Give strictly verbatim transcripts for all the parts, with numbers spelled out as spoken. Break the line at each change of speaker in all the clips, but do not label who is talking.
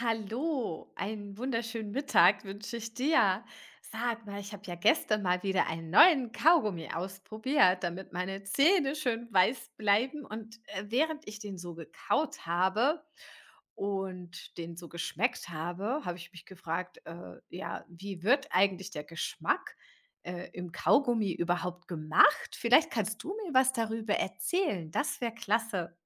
Hallo, einen wunderschönen Mittag wünsche ich dir. Sag mal, ich habe ja gestern mal wieder einen neuen Kaugummi ausprobiert, damit meine Zähne schön weiß bleiben. Und äh, während ich den so gekaut habe und den so geschmeckt habe, habe ich mich gefragt, äh, ja, wie wird eigentlich der Geschmack äh, im Kaugummi überhaupt gemacht? Vielleicht kannst du mir was darüber erzählen. Das wäre klasse.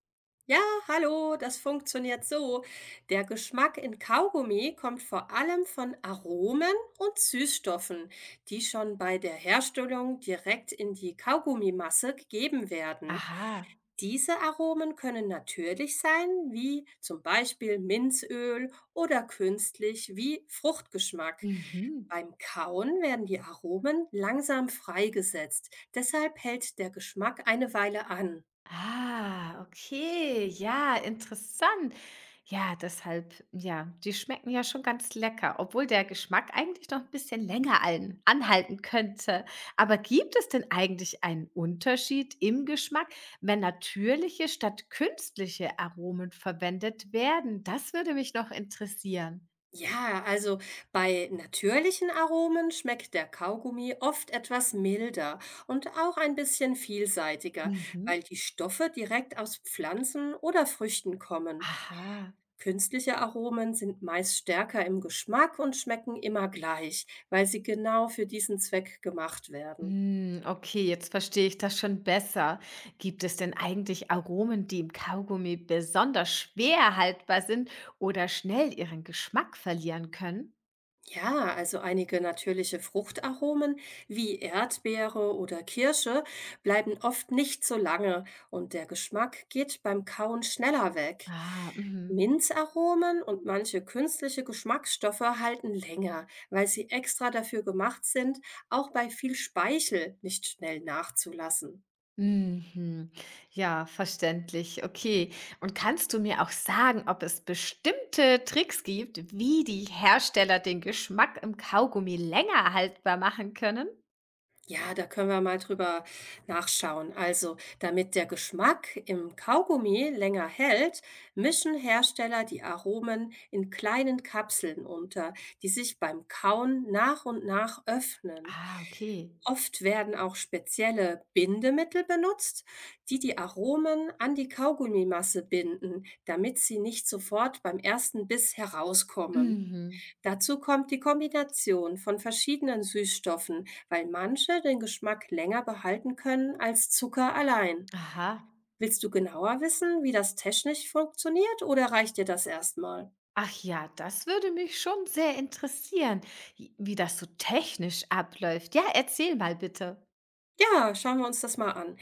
Ja, hallo, das funktioniert so. Der Geschmack in Kaugummi kommt vor allem von Aromen und Süßstoffen, die schon bei der Herstellung direkt in die Kaugummimasse gegeben werden.
Aha.
Diese Aromen können natürlich sein, wie zum Beispiel Minzöl oder künstlich wie Fruchtgeschmack.
Mhm.
Beim Kauen werden die Aromen langsam freigesetzt, deshalb hält der Geschmack eine Weile an.
Ah, okay, ja, interessant. Ja, deshalb, ja, die schmecken ja schon ganz lecker, obwohl der Geschmack eigentlich noch ein bisschen länger allen anhalten könnte. Aber gibt es denn eigentlich einen Unterschied im Geschmack, wenn natürliche statt künstliche Aromen verwendet werden? Das würde mich noch interessieren.
Ja, also bei natürlichen Aromen schmeckt der Kaugummi oft etwas milder und auch ein bisschen vielseitiger,
Mhm.
weil die Stoffe direkt aus Pflanzen oder Früchten kommen.
Aha.
Künstliche Aromen sind meist stärker im Geschmack und schmecken immer gleich, weil sie genau für diesen Zweck gemacht werden.
Hm, okay, jetzt verstehe ich das schon besser. Gibt es denn eigentlich Aromen, die im Kaugummi besonders schwer haltbar sind oder schnell ihren Geschmack verlieren können?
Ja, also einige natürliche Fruchtaromen wie Erdbeere oder Kirsche bleiben oft nicht so lange und der Geschmack geht beim Kauen schneller weg.
Ah, mhm.
Minzaromen und manche künstliche Geschmacksstoffe halten länger, weil sie extra dafür gemacht sind, auch bei viel Speichel nicht schnell nachzulassen.
Mhm. Ja, verständlich. Okay. Und kannst du mir auch sagen, ob es bestimmte Tricks gibt, wie die Hersteller den Geschmack im Kaugummi länger haltbar machen können?
Ja, da können wir mal drüber nachschauen. Also, damit der Geschmack im Kaugummi länger hält, mischen Hersteller die Aromen in kleinen Kapseln unter, die sich beim Kauen nach und nach öffnen.
Ah, okay.
Oft werden auch spezielle Bindemittel benutzt, die die Aromen an die Kaugummimasse binden, damit sie nicht sofort beim ersten Biss herauskommen.
Mhm.
Dazu kommt die Kombination von verschiedenen Süßstoffen, weil manche den Geschmack länger behalten können als Zucker allein.
Aha.
Willst du genauer wissen, wie das technisch funktioniert oder reicht dir das erstmal?
Ach ja, das würde mich schon sehr interessieren, j wie das so technisch abläuft. Ja, erzähl mal bitte.
Ja, schauen wir uns das mal an.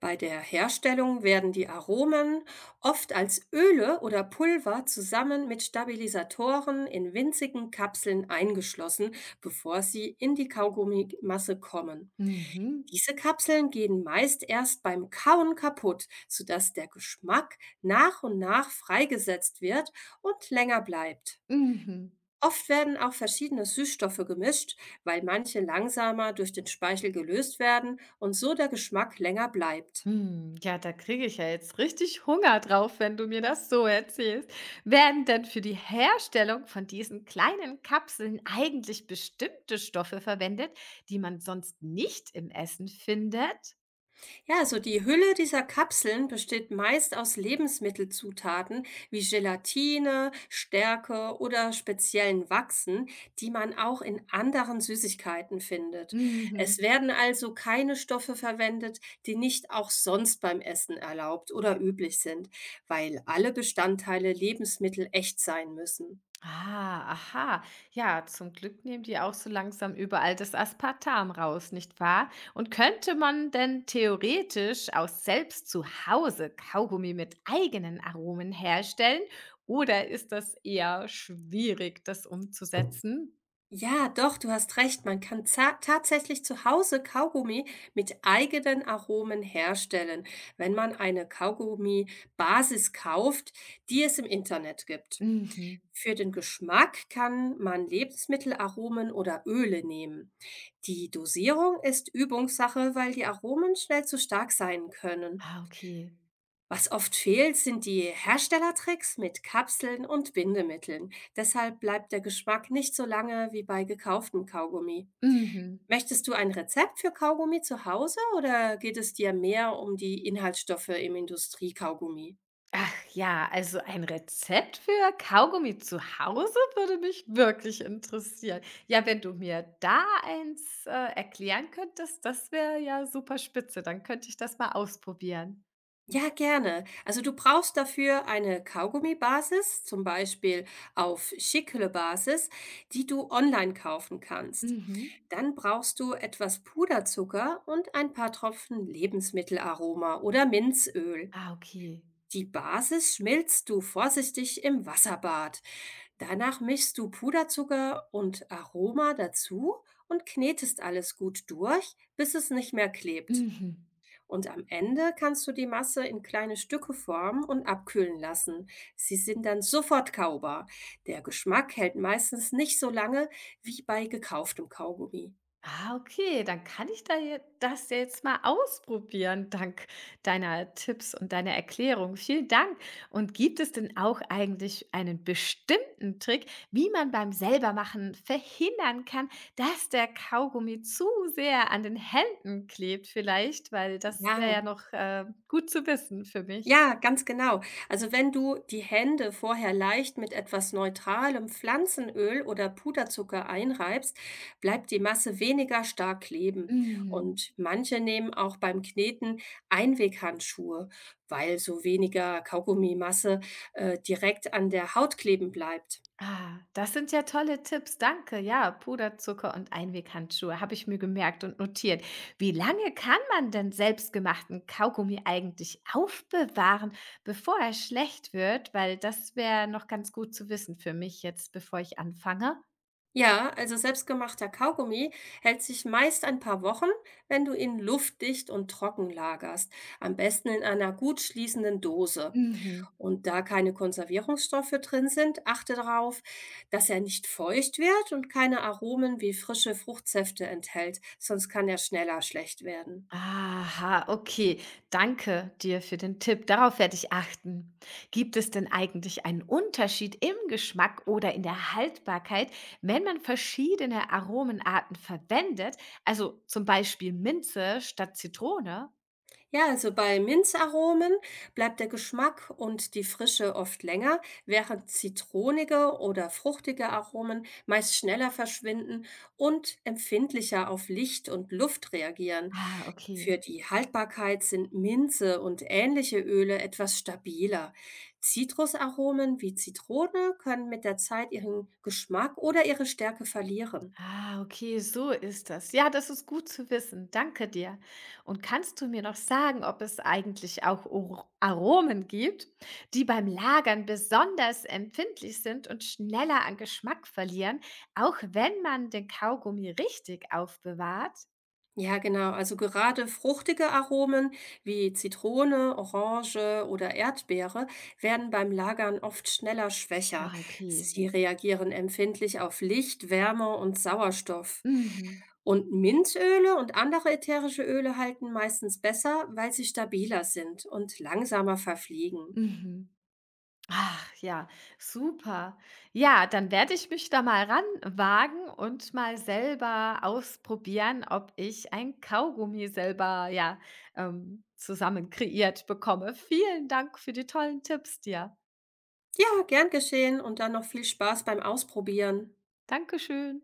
Bei der Herstellung werden die Aromen oft als Öle oder Pulver zusammen mit Stabilisatoren in winzigen Kapseln eingeschlossen, bevor sie in die Kaugummimasse kommen.
Mhm.
Diese Kapseln gehen meist erst beim Kauen kaputt, sodass der Geschmack nach und nach freigesetzt wird und länger bleibt.
Mhm.
Oft werden auch verschiedene Süßstoffe gemischt, weil manche langsamer durch den Speichel gelöst werden und so der Geschmack länger bleibt.
Hm, ja, da kriege ich ja jetzt richtig Hunger drauf, wenn du mir das so erzählst. Werden denn für die Herstellung von diesen kleinen Kapseln eigentlich bestimmte Stoffe verwendet, die man sonst nicht im Essen findet?
Ja, also die Hülle dieser Kapseln besteht meist aus Lebensmittelzutaten wie Gelatine, Stärke oder speziellen Wachsen, die man auch in anderen Süßigkeiten findet. Es
Mhm.
werden also keine Stoffe verwendet, die nicht auch sonst beim Essen erlaubt oder üblich sind, weil alle Bestandteile Lebensmittel echt sein müssen.
Ah, aha. Ja, zum Glück nehmen die auch so langsam überall das Aspartam raus, nicht wahr? Und könnte man denn theoretisch aus selbst zu Hause Kaugummi mit eigenen Aromen herstellen? Oder ist das eher schwierig, das umzusetzen?
Ja, doch, du hast recht. Man kann za tatsächlich zu Hause Kaugummi mit eigenen Aromen herstellen, wenn man eine Kaugummi-Basis kauft, die es im Internet gibt.
Mhm.
Für den Geschmack kann man Lebensmittelaromen oder Öle nehmen. Die Dosierung ist Übungssache, weil die Aromen schnell zu stark sein können.
Ah, okay.
Was oft fehlt, sind die Herstellertricks mit Kapseln und Bindemitteln. Deshalb bleibt der Geschmack nicht so lange wie bei gekauftem Kaugummi.
Mhm.
Möchtest du ein Rezept für Kaugummi zu Hause oder geht es dir mehr um die Inhaltsstoffe im Industriekaugummi?
Ach ja, also ein Rezept für Kaugummi zu Hause würde mich wirklich interessieren. Ja, wenn du mir da eins, äh, erklären könntest, das wäre ja super spitze. Dann könnte ich das mal ausprobieren.
Ja, gerne. Also du brauchst dafür eine Kaugummibasis, zum Beispiel auf Schickhüllebasis, die du online kaufen kannst.
Mhm.
Dann brauchst du etwas Puderzucker und ein paar Tropfen Lebensmittelaroma oder Minzöl.
Ah, okay.
Die Basis schmilzt du vorsichtig im Wasserbad. Danach mischst du Puderzucker und Aroma dazu und knetest alles gut durch, bis es nicht mehr klebt.
Mhm.
Und am Ende kannst du die Masse in kleine Stücke formen und abkühlen lassen. Sie sind dann sofort kaubar. Der Geschmack hält meistens nicht so lange wie bei gekauftem Kaugummi.
Ah, okay, dann kann ich da je das ja jetzt mal ausprobieren, dank deiner Tipps und deiner Erklärung. Vielen Dank. Und gibt es denn auch eigentlich einen bestimmten Trick, wie man beim Selbermachen verhindern kann, dass der Kaugummi zu sehr an den Händen klebt vielleicht? Weil das wäre ja
Ja,
noch, äh, gut zu wissen für mich.
Ja, ganz genau. Also wenn du die Hände vorher leicht mit etwas neutralem Pflanzenöl oder Puderzucker einreibst, bleibt die Masse weniger stark kleben.
Mhm.
Und manche nehmen auch beim Kneten Einweghandschuhe, weil so weniger Kaugummimasse äh, direkt an der Haut kleben bleibt.
Ah, das sind ja tolle Tipps, danke. Ja, Puderzucker und Einweghandschuhe habe ich mir gemerkt und notiert. Wie lange kann man denn selbstgemachten Kaugummi eigentlich aufbewahren, bevor er schlecht wird? Weil das wäre noch ganz gut zu wissen für mich jetzt, bevor ich anfange.
Ja, also selbstgemachter Kaugummi hält sich meist ein paar Wochen, wenn du ihn luftdicht und trocken lagerst, am besten in einer gut schließenden Dose.
Mhm.
Und da keine Konservierungsstoffe drin sind, achte darauf, dass er nicht feucht wird und keine Aromen wie frische Fruchtsäfte enthält, sonst kann er schneller schlecht werden.
Aha, okay. Danke dir für den Tipp. Darauf werde ich achten. Gibt es denn eigentlich einen Unterschied im Geschmack oder in der Haltbarkeit, wenn man verschiedene Aromenarten verwendet? Also zum Beispiel Minze statt Zitrone?
Ja, also bei Minzaromen bleibt der Geschmack und die Frische oft länger, während zitronige oder fruchtige Aromen meist schneller verschwinden und empfindlicher auf Licht und Luft reagieren.
Ah, okay.
Für die Haltbarkeit sind Minze und ähnliche Öle etwas stabiler. Zitrusaromen wie Zitrone können mit der Zeit ihren Geschmack oder ihre Stärke verlieren.
Ah, okay, so ist das. Ja, das ist gut zu wissen. Danke dir. Und kannst du mir noch sagen, ob es eigentlich auch Or- Aromen gibt, die beim Lagern besonders empfindlich sind und schneller an Geschmack verlieren, auch wenn man den Kaugummi richtig aufbewahrt?
Ja, genau. Also gerade fruchtige Aromen wie Zitrone, Orange oder Erdbeere werden beim Lagern oft schneller schwächer.
Ah, okay.
Sie reagieren empfindlich auf Licht, Wärme und Sauerstoff.
Mhm.
Und Minzöle und andere ätherische Öle halten meistens besser, weil sie stabiler sind und langsamer verfliegen.
Mhm. Ach ja, super. Ja, dann werde ich mich da mal ranwagen und mal selber ausprobieren, ob ich ein Kaugummi selber ja, ähm, zusammen kreiert bekomme. Vielen Dank für die tollen Tipps dir.
Ja, gern geschehen und dann noch viel Spaß beim Ausprobieren.
Dankeschön.